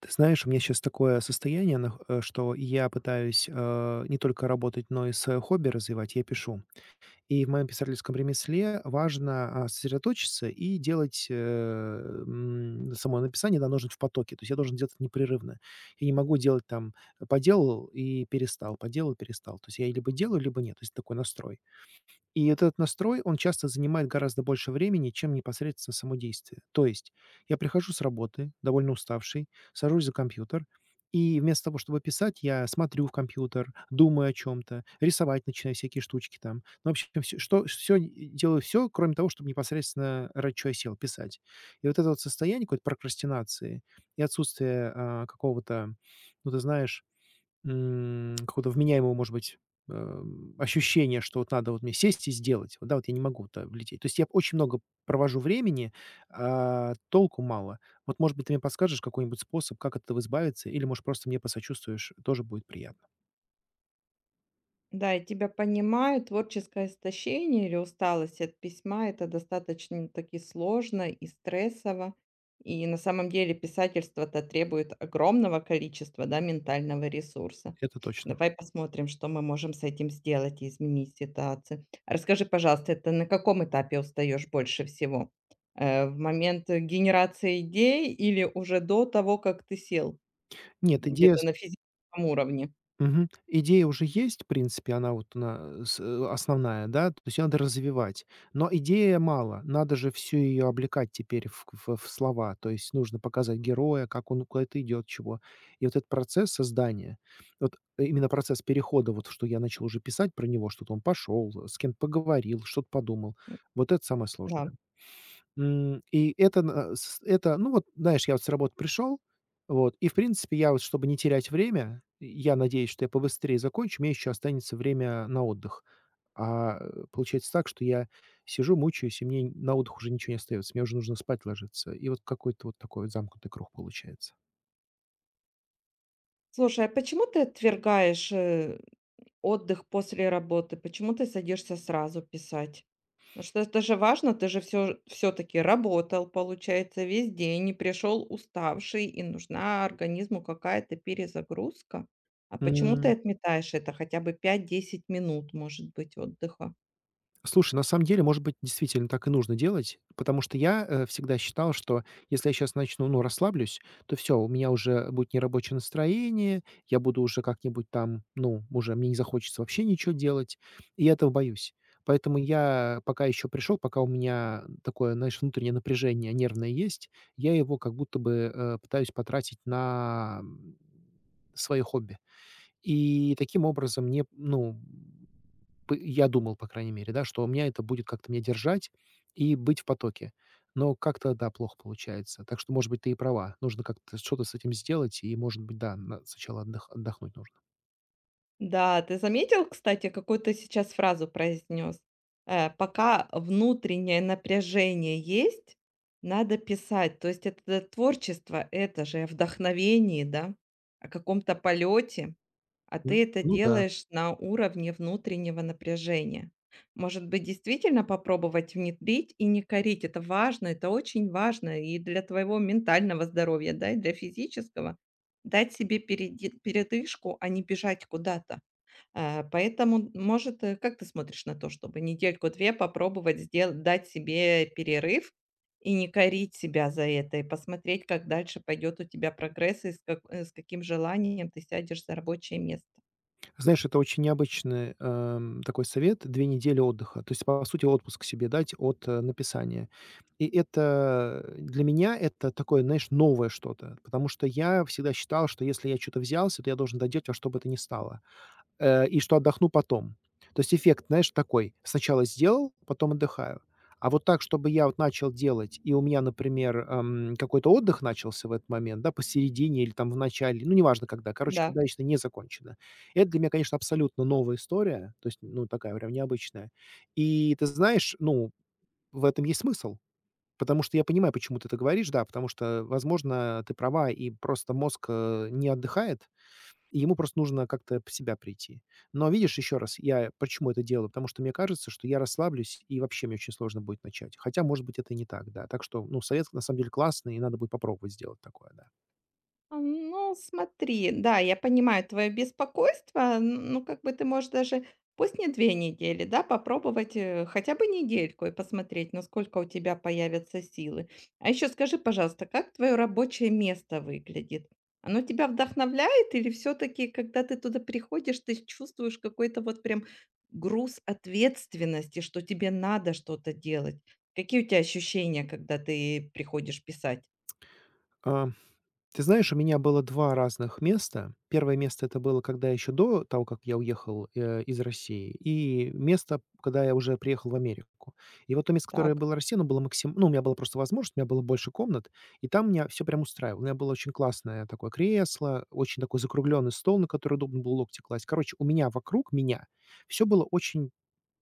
Ты знаешь, у меня сейчас такое состояние, что я пытаюсь не только работать, но и свое хобби развивать. Я пишу. И в моем писательском ремесле важно, сосредоточиться и делать, само написание, да, нужно в потоке. То есть я должен делать это непрерывно. Я не могу делать там, поделал и перестал, поделал и перестал. То есть я либо делаю, либо нет. То есть такой настрой. И вот этот настрой, он часто занимает гораздо больше времени, чем непосредственно само действие. То есть я прихожу с работы, довольно уставший, сажусь за компьютер, и вместо того, чтобы писать, я смотрю в компьютер, думаю о чем-то, рисовать начинаю всякие штучки там. Ну, вообще, делаю все, кроме того, чтобы непосредственно ради чего я сел, писать. И вот это вот состояние какой-то прокрастинации и отсутствие какого-то, ну, ты знаешь, какого-то вменяемого, может быть, ощущения, что вот надо вот мне сесть и сделать. Вот, да, вот я не могу туда влететь. То есть я очень много провожу времени, а толку мало. Вот, может быть, ты мне подскажешь какой-нибудь способ, как от этого избавиться, или, может, просто мне посочувствуешь, тоже будет приятно. Да, я тебя понимаю, творческое истощение или усталость от письма – это достаточно таки сложно и стрессово. И на самом деле писательство-то требует огромного количества, да, ментального ресурса. Это точно. Давай посмотрим, что мы можем с этим сделать и изменить ситуацию. Расскажи, пожалуйста, это на каком этапе устаешь больше всего? В момент генерации идей или уже до того, как ты сел, Нет, идея где-то на физическом уровне? Мгм. Идея уже есть, в принципе, она вот на э, с э, основная, да, то есть её надо развивать. Но идея мало, надо же всю ее облекать теперь в слова. То есть нужно показать героя, как он куда-то идет, чего. И вот этот процесс создания, вот, именно процесс перехода, вот что я начал уже писать про него, что-то он пошел, с кем-то поговорил, что-то подумал. Вот это самое Да. сложное. М, и это на с это, ну, вот, знаешь, я вот с работы пришел, вот, и, в принципе, я вот, чтобы не терять время, я надеюсь, что я побыстрее закончу, у меня еще останется время на отдых. А, получается так, что я сижу, мучаюсь, и мне на отдых уже ничего не остается. Мне уже нужно спать ложиться. И вот какой-то вот такой вот замкнутый круг получается. Слушай, а почему ты отвергаешь, отдых после работы? Почему ты садишься сразу писать? Ну что это же важно, ты же все таки работал, получается, весь день не пришел уставший, и нужна организму какая-то перезагрузка. А почему ты отметаешь это хотя бы пять-десять минут, может быть, отдыха? Слушай, на самом деле, может быть, действительно так и нужно делать, потому что я всегда считал, что если я сейчас начну, ну, расслаблюсь, то все, у меня уже будет нерабочее настроение, я буду уже как-нибудь там, ну, уже мне не захочется вообще ничего делать, и я этого боюсь. Поэтому я пока еще пришел, пока у меня такое, знаешь, внутреннее напряжение нервное есть, я его как будто бы пытаюсь потратить на, свое хобби. И таким образом мне, ну, п я думал, по крайней мере, да, что у меня это будет как-то меня держать и быть в потоке. Но как-то, да, плохо получается. Так что, может быть, ты и права. Нужно как-то что-то с этим сделать, и, может быть, да, на сначала отдых отдохнуть нужно. Да, ты заметил, кстати, какую ты сейчас фразу произнес? Пока внутреннее напряжение есть, надо писать. То есть это, да, творчество, это же о вдохновении, да, о каком-то полете, а Н ты это ну да. делаешь на уровне внутреннего напряжения. Может быть, действительно попробовать внедрить и не корить. Это важно, это очень важно и для твоего ментального здоровья, да, и для физического. Дать себе передышку, а не бежать куда-то. Поэтому, может, как ты смотришь на то, чтобы недельку-две попробовать сдел дать себе перерыв и не корить себя за это, и посмотреть, как дальше пойдет у тебя прогресс и с каким желанием ты сядешь за рабочее место? Знаешь, это очень необычный, такой совет. Две недели отдыха. То есть, по сути, отпуск себе дать от, написания. И это, для меня это такое, знаешь, новое что-то, потому что я всегда считал, что если я что то взялся, то я должен доделать во что бы то ни стало, и что отдохну потом. То есть эффект, знаешь, такой: сначала сделал, потом отдыхаю. А вот так, чтобы я вот начал делать, и у меня, например, какой-то отдых начался в этот момент, да, посередине или там в начале, ну, неважно когда, короче, Да. когда лично не закончено. Это для меня, конечно, абсолютно новая история, то есть, ну, такая прям необычная. И ты знаешь, ну, в этом есть смысл, потому что я понимаю, почему ты это говоришь, да, потому что, возможно, ты права, и просто мозг, не отдыхает. Ему просто нужно как-то в себя прийти. Но видишь, еще раз, я почему это делаю? Потому что мне кажется, что я расслаблюсь, и вообще мне очень сложно будет начать. Хотя, может быть, это и не так, да. Так что, ну, совет на самом деле классный, и надо будет попробовать сделать такое, да. Ну, смотри, да, я понимаю твое беспокойство. Ну, как бы ты можешь даже, пусть не две недели, да, попробовать хотя бы недельку и посмотреть, насколько у тебя появятся силы. А еще скажи, пожалуйста, как твое рабочее место выглядит? Оно тебя вдохновляет или все-таки, когда ты туда приходишь, ты чувствуешь какой-то вот прям груз ответственности, что тебе надо что-то делать? Какие у тебя ощущения, когда ты приходишь писать? А Ты знаешь, у меня было 2 разных места. Первое место — это было, когда еще до того, как я уехал, из России, и место, когда я уже приехал в Америку. И вот то место, которое Так, было в России, оно было, максим ну, у меня была просто возможность, у меня было больше комнат, и там меня все прям устраивало. У меня было очень классное такое кресло, очень такой закругленный стол, на который удобно было локти класть. Короче, у меня вокруг меня все было очень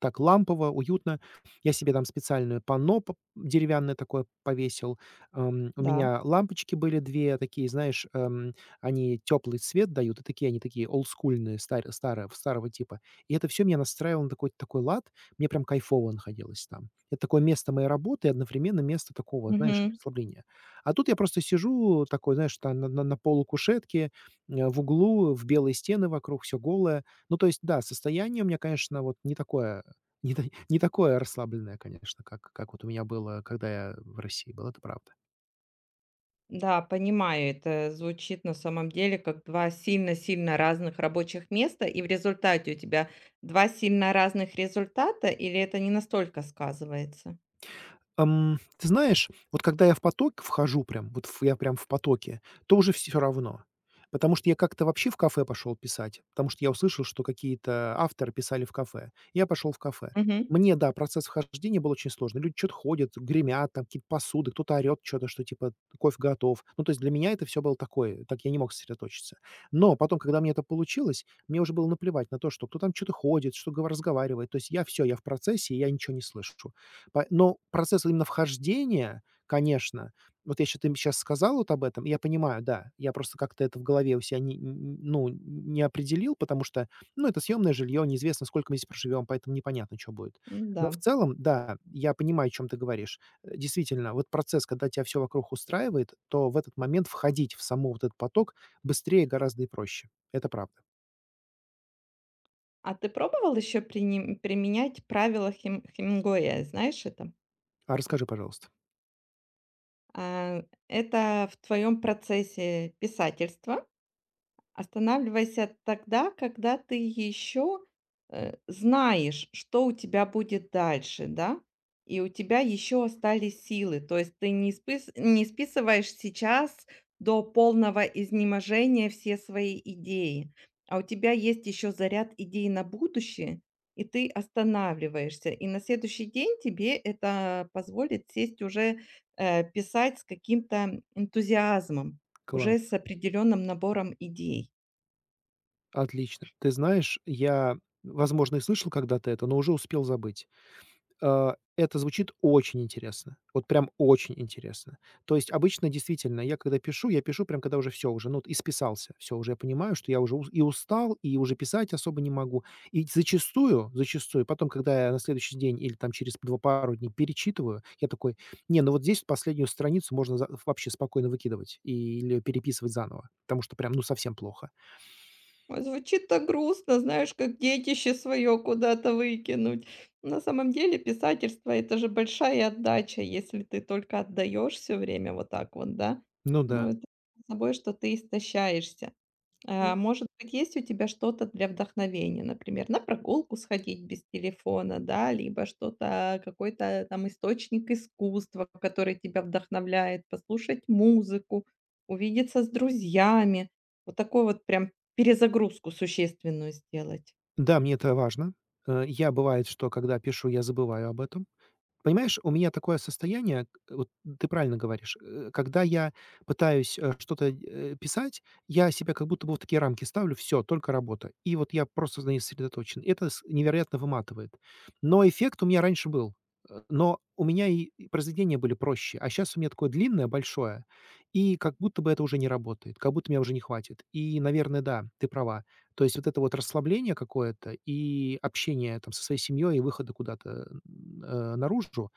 так лампово, уютно. Я себе там специальное панно, п деревянное такое повесил. У меня лампочки были 2 такие, знаешь, они теплый свет дают, и такие они такие олдскульные, старь старо старого типа. И это все меня настраивало на такой такой лад. Мне прям кайфово находилось там. Это такое место моей работы и одновременно место такого, знаешь, да. расслабления. А тут я просто сижу такой, знаешь, там на полукушетке, в углу, в белые стены вокруг, все голое. Ну, то есть, да, состояние у меня, конечно, вот не такое, не та не такое расслабленное, конечно, как вот у меня было, когда я в России был, это правда. Да, понимаю, это звучит на самом деле как 2 сильно-сильно разных рабочих места, и в результате у тебя 2 сильно разных результата, или это не настолько сказывается? Ты знаешь, вот когда я в поток вхожу прям, вот в я прям в потоке, то уже все равно. Потому что я как-то вообще в кафе пошел писать, потому что я услышал, что какие-то авторы писали в кафе. Я пошел в кафе. Мгм. Мне, да, процесс вхождения был очень сложный. Люди что то ходят, гремят, там какие-то посуды, кто-то орет что то что типа кофе готов. Ну, то есть для меня это все было такое, так я не мог сосредоточиться. Но потом, когда мне это получилось, мне уже было наплевать на то, что кто там что то ходит, что гов разговаривает. То есть я все, я в процессе, и я ничего не слышу. По но процесс именно вхождения, конечно, вот я ща ты сейчас сказал вот об этом, я понимаю, да. Я просто как-то это в голове у себя, не н ну, не определил, потому что, ну, это съемное жилье, неизвестно, сколько мы здесь проживем, поэтому непонятно, чё будет. Но М-да. в целом, да, я понимаю, о чем ты говоришь. Действительно, вот процесс, когда тебя все вокруг устраивает, то в этот момент входить в саму вот этот поток быстрее гораздо и проще. Это правда. А ты пробовал еще применять правила Хемингуэя? Знаешь это? А расскажи, пожалуйста. А, это в твоем процессе писательства. Останавливайся тогда, когда ты еще, знаешь, что у тебя будет дальше, да, и у тебя еще остались силы. То есть ты не списываешь сейчас до полного изнеможения все свои идеи, а у тебя есть еще заряд идей на будущее, и ты останавливаешься. И на следующий день тебе это позволит сесть уже, писать с каким-то энтузиазмом, Кла уже с определенным набором идей. Отлично. Ты знаешь, я, возможно, и слышал когда-то это, но уже успел забыть. Это звучит очень интересно. Вот прям очень интересно. То есть обычно действительно я когда пишу, я пишу прям когда уже все уже, ну, исписался. Все уже я понимаю, что я уже, ус и устал, и уже писать особо не могу. И зачастую, зачастую потом, когда я на следующий день или там через 2 пару дней перечитываю, я такой: "Не, ну вот здесь последнюю страницу можно за вообще спокойно выкидывать и или переписывать заново, потому что прям, ну, совсем плохо". Ой, звучит так грустно, знаешь, как детище свое куда-то выкинуть. На самом деле писательство – это же большая отдача, если ты только отдаешь все время вот так вот, да. Ну Но да. это само собой, что ты истощаешься. А, может быть, есть у тебя что-то для вдохновения, например, на прогулку сходить без телефона, да, либо что-то, какой-то там источник искусства, который тебя вдохновляет, послушать музыку, увидеться с друзьями, вот такую вот прям перезагрузку существенную сделать. Да, мне это важно. Я, бывает, что когда пишу, я забываю об этом. Понимаешь, у меня такое состояние, к вот ты правильно говоришь, когда я пытаюсь, что-то, писать, я себя как будто бы в такие рамки ставлю: "Все, только работа". И вот я просто на ней сосредоточен. Это, с невероятно выматывает. Но эффект у меня раньше был, но у меня и произведения были проще, а сейчас у меня такое длинное, большое, и как будто бы это уже не работает, как будто меня уже не хватит. И, наверное, да, ты права. То есть вот это вот расслабление какое-то и общение там со своей семьей, и выходы куда-то, наружу.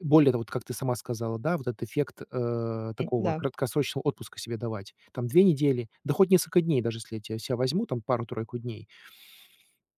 Более того, вот как ты сама сказала, да, вот этот эффект, М, такого да. краткосрочного отпуска себе давать. Там 2 недели, да хоть несколько дней, даже если я те ся возьму там пару-тройку дней,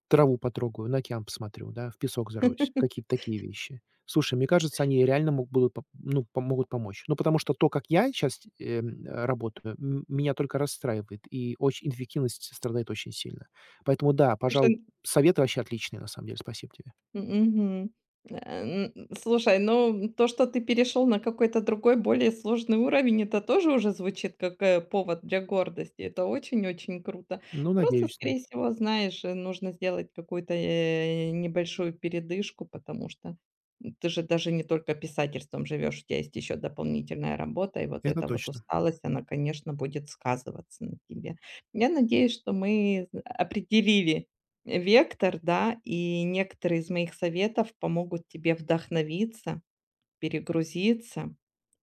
траву потрогаю, на океан посмотрю, да, в песок зароюсь. Какие-то такие вещи. Слушай, мне кажется, они реально мог будут поп ну, по могут помочь. Ну, потому что то, как я сейчас работаю, меня только расстраивает, и очень эффективность страдает очень сильно. Поэтому да, пожалуй, советы вообще отличные, на самом деле. Спасибо тебе. Мгм. Э, н Слушай, ну, то, что ты перешел на какой-то другой, более сложный уровень, это тоже уже звучит как, повод для гордости. Это очень-очень круто. Ну, Просто, надеюсь, да. скорее всего, знаешь, нужно сделать какую-то, небольшую передышку, потому что ты же даже не только писательством живешь, у тебя есть еще дополнительная работа, и вот Это эта вот точно. усталость, она, конечно, будет сказываться на тебе. Я надеюсь, что мы определили вектор, да, и некоторые из моих советов помогут тебе вдохновиться, перегрузиться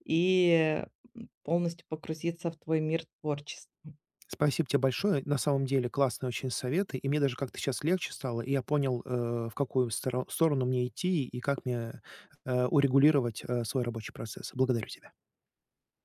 и, полностью погрузиться в твой мир творчества. Спасибо тебе большое. На самом деле классные очень советы, и мне даже как-то сейчас легче стало, и я понял, в какую, старо сторону мне идти и как мне, урегулировать, свой рабочий процесс. Благодарю тебя.